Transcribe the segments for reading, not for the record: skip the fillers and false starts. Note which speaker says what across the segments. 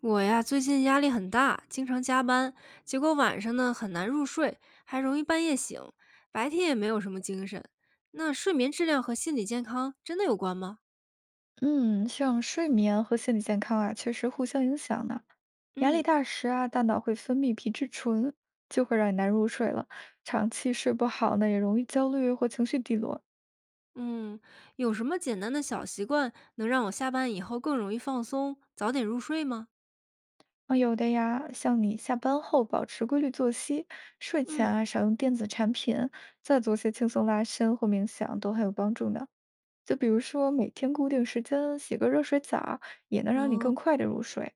Speaker 1: 我呀，最近压力很大，经常加班，结果晚上呢很难入睡，还容易半夜醒，白天也没有什么精神。那睡眠质量和心理健康真的有关吗？
Speaker 2: 嗯，像睡眠和心理健康啊，确实互相影响呢。压力
Speaker 1: 嗯，
Speaker 2: 大时啊，大脑会分泌皮质醇，就会让你难入睡了。长期睡不好呢，也容易焦虑或情绪低落。
Speaker 1: 嗯，有什么简单的小习惯能让我下班以后更容易放松，早点入睡吗？
Speaker 2: 啊，有的呀，像你下班后保持规律作息，睡前
Speaker 1: 嗯，
Speaker 2: 啊少用电子产品，再做些轻松拉伸或冥想，都很有帮助呢。就比如说每天固定时间洗个热水澡，也能让你
Speaker 1: 哦，
Speaker 2: 更快的入睡。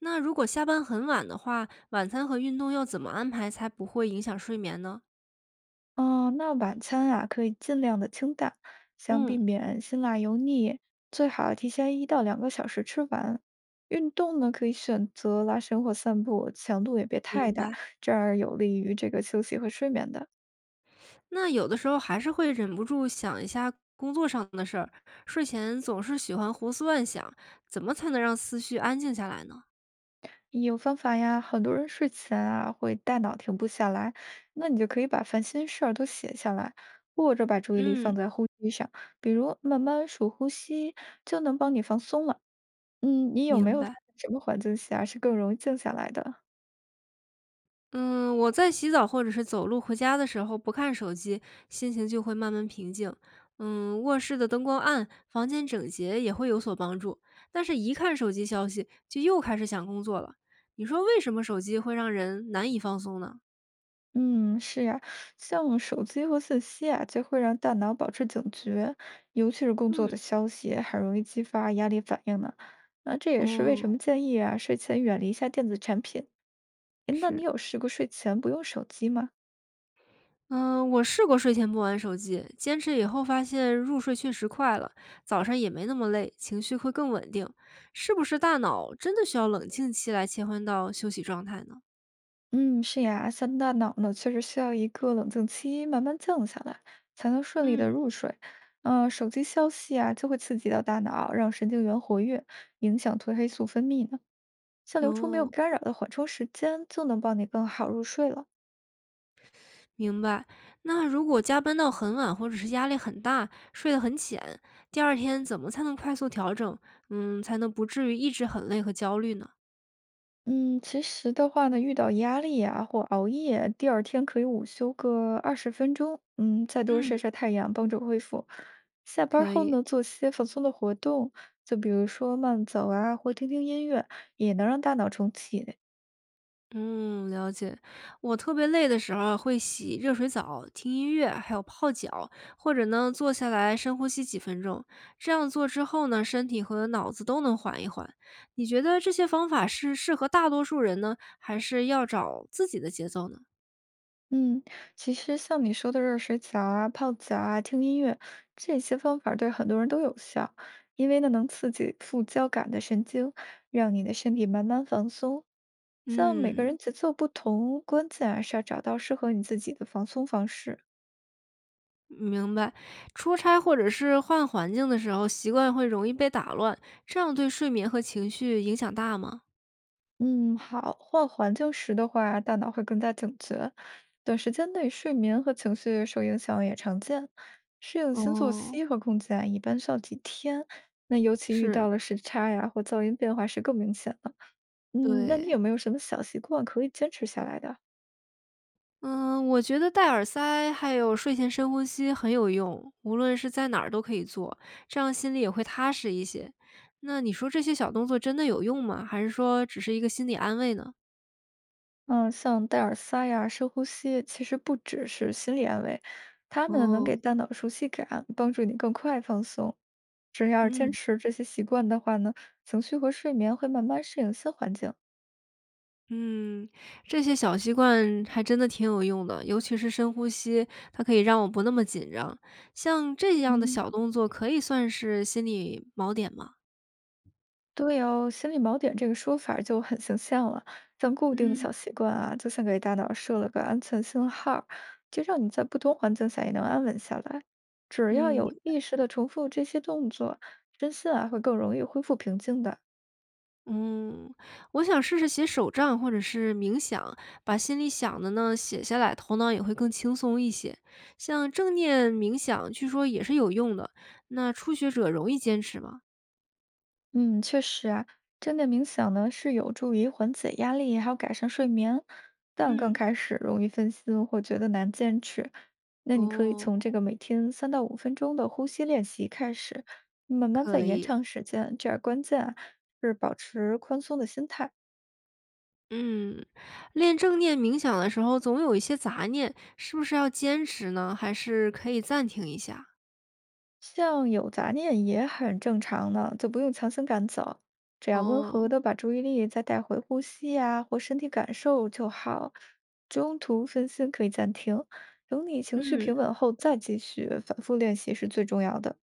Speaker 1: 那如果下班很晚的话，晚餐和运动要怎么安排才不会影响睡眠呢？
Speaker 2: 嗯，那晚餐啊，可以尽量的清淡，想避
Speaker 1: 嗯，
Speaker 2: 免辛辣油腻，最好提前1到2个小时吃完。运动呢，可以选择拉伸或散步，强度也别太
Speaker 1: 明
Speaker 2: 大，
Speaker 1: 白。
Speaker 2: 这样有利于这个休息和睡眠的。
Speaker 1: 那有的时候还是会忍不住想一下工作上的事儿，睡前总是喜欢胡思乱想，怎么才能让思绪安静下来呢？
Speaker 2: 有方法呀，很多人睡前啊会大脑停不下来，那你就可以把烦心事儿都写下来，或者把注意力
Speaker 1: 嗯，
Speaker 2: 放在呼吸上，比如慢慢数呼吸，就能帮你放松了。嗯，你有没
Speaker 1: 明
Speaker 2: 有发
Speaker 1: 白。
Speaker 2: 现什么环境下是更容易静下来的？
Speaker 1: 嗯，我在洗澡或者是走路回家的时候不看手机，心情就会慢慢平静。嗯，卧室的灯光暗，房间整洁也会有所帮助。但是，一看手机消息，就又开始想工作了。你说为什么手机会让人难以放松呢？
Speaker 2: 嗯，是呀，像手机和信息啊，就会让大脑保持警觉，尤其是工作
Speaker 1: 嗯，
Speaker 2: 的消息，很容易激发压力反应呢。那这也是为
Speaker 1: 哦，
Speaker 2: 什么建议啊，睡前远离一下电子产品。诶那你
Speaker 1: 是。
Speaker 2: 有试过睡前不用手机吗？
Speaker 1: 嗯，我试过睡前不玩手机，坚持以后发现入睡确实快了，早上也没那么累，情绪会更稳定。是不是大脑真的需要冷静期来切换到休息状态呢？
Speaker 2: 嗯，是呀，像大脑呢，确实需要一个冷静期，慢慢降下来，才能顺利的
Speaker 1: 嗯，
Speaker 2: 入睡。嗯、手机消息啊，就会刺激到大脑，让神经元活跃，影响褪黑素分泌呢。像留出没有
Speaker 1: 哦，
Speaker 2: 干扰的缓冲时间，就能帮你更好入睡了。
Speaker 1: 明白。那如果加班到很晚，或者是压力很大，睡得很浅，第二天怎么才能快速调整？嗯，才能不至于一直很累和焦虑呢？
Speaker 2: 嗯，其实的话呢，遇到压力啊或熬夜，第二天可以午休个20分钟，嗯，再多
Speaker 1: 嗯，
Speaker 2: 晒晒太阳，帮助恢复。下班
Speaker 1: 可
Speaker 2: 后
Speaker 1: 以。
Speaker 2: 呢，做些放松的活动，就比如说慢走啊，或听听音乐，也能让大脑重启。
Speaker 1: 嗯，了解。我特别累的时候啊会洗热水澡、听音乐，还有泡脚，或者呢坐下来深呼吸几分钟。这样做之后呢，身体和脑子都能缓一缓。你觉得这些方法是适合大多数人呢，还是要找自己的节奏呢？
Speaker 2: 嗯，其实像你说的热水澡啊、泡脚啊、听音乐这些方法，对很多人都有效，因为呢能刺激副交感的神经，让你的身体慢慢放松。像每个
Speaker 1: 嗯，
Speaker 2: 人节奏不同，关键还是要找到适合你自己的放松方式。
Speaker 1: 明白。出差或者是换环境的时候，习惯会容易被打乱，这样对睡眠和情绪影响大吗？
Speaker 2: 嗯，好，换环境时的话，大脑会更加警觉，短时间内睡眠和情绪受影响也常见。适应新作
Speaker 1: 哦，
Speaker 2: 息和空间啊一般需要几天，那尤其遇
Speaker 1: 是，
Speaker 2: 到了时差呀或噪音变化时更明显了。嗯，那你
Speaker 1: 对。
Speaker 2: 有没有什么小习惯可以坚持下来的？
Speaker 1: 嗯，我觉得戴耳塞还有睡前深呼吸很有用，无论是在哪儿都可以做，这样心里也会踏实一些。那你说这些小动作真的有用吗？还是说只是一个心理安慰呢？
Speaker 2: 嗯，像戴耳塞呀、深呼吸，其实不只是心理安慰，它们能
Speaker 1: 哦，
Speaker 2: 给大脑熟悉感，帮助你更快放松。只要是坚
Speaker 1: 嗯
Speaker 2: 持这些习惯的话呢，情绪和睡眠会慢慢适应新环境。
Speaker 1: 嗯，这些小习惯还真的挺有用的，尤其是深呼吸，它可以让我不那么紧张。像这样的
Speaker 2: 嗯，
Speaker 1: 小动作，可以算是心理锚点吗？
Speaker 2: 对哦，心理锚点这个说法儿就很形象了。像固定的
Speaker 1: 嗯
Speaker 2: 小习惯啊，就像给大脑设了个安全信号儿就让你在不同环境下也能安稳下来。只要
Speaker 1: 嗯。
Speaker 2: 有意识的重复这些动作，身心啊会更容易恢复平静的。
Speaker 1: 嗯，我想试试写手账或者是冥想，把心里想的呢写下来，头脑也会更轻松一些。像正念冥想，据说也是有用的。那初学者容易坚持吗？
Speaker 2: 嗯，确实啊，正念冥想呢是有助于缓解压力，还有改善睡眠，但刚
Speaker 1: 嗯，
Speaker 2: 开始容易分心或觉得难坚持。那你可以
Speaker 1: 哦，
Speaker 2: 从这个每天3到5分钟的呼吸练习开始，慢慢再
Speaker 1: 可
Speaker 2: 延
Speaker 1: 以。
Speaker 2: 长时间。这样关键啊是保持宽松的心态，
Speaker 1: 嗯，练正念冥想的时候，总有一些杂念，是不是要坚持呢？还是可以暂停一下？
Speaker 2: 像有杂念也很正常呢，就不用强行赶走，只要温
Speaker 1: 哦，
Speaker 2: 和的把注意力再带回呼吸呀、或身体感受就好。中途分心可以暂停，等你情绪
Speaker 1: 嗯。
Speaker 2: 平稳后再继续，反复练习是最重要的。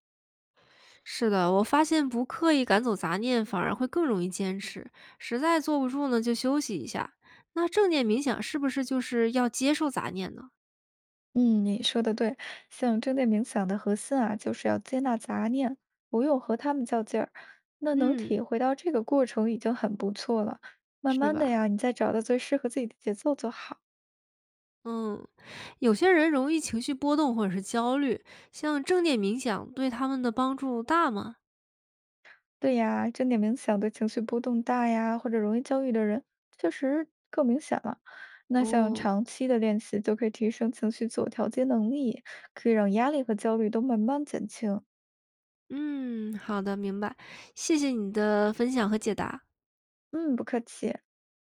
Speaker 1: 是的，我发现不刻意赶走杂念，反而会更容易坚持。实在坐不住呢，就休息一下。那正念冥想是不是就是要接受杂念呢？
Speaker 2: 嗯，你说的对，像正念冥想的核心啊，就是要接纳杂念，不用和他们较劲儿。那能体
Speaker 1: 嗯，
Speaker 2: 会到这个过程已经很不错了，慢
Speaker 1: 是
Speaker 2: 慢的
Speaker 1: 吧？
Speaker 2: 呀，你再找到最适合自己的节奏就好。
Speaker 1: 嗯，有些人容易情绪波动或者是焦虑，像正念冥想对他们的帮助大吗？
Speaker 2: 对呀，正念冥想对情绪波动大呀，或者容易焦虑的人，确实更明显了。那像
Speaker 1: 哦，
Speaker 2: 长期的练习，就可以提升情绪自我调节能力，可以让压力和焦虑都慢慢减轻。
Speaker 1: 嗯，好的，明白。谢谢你的分享和解答。
Speaker 2: 嗯，不客气。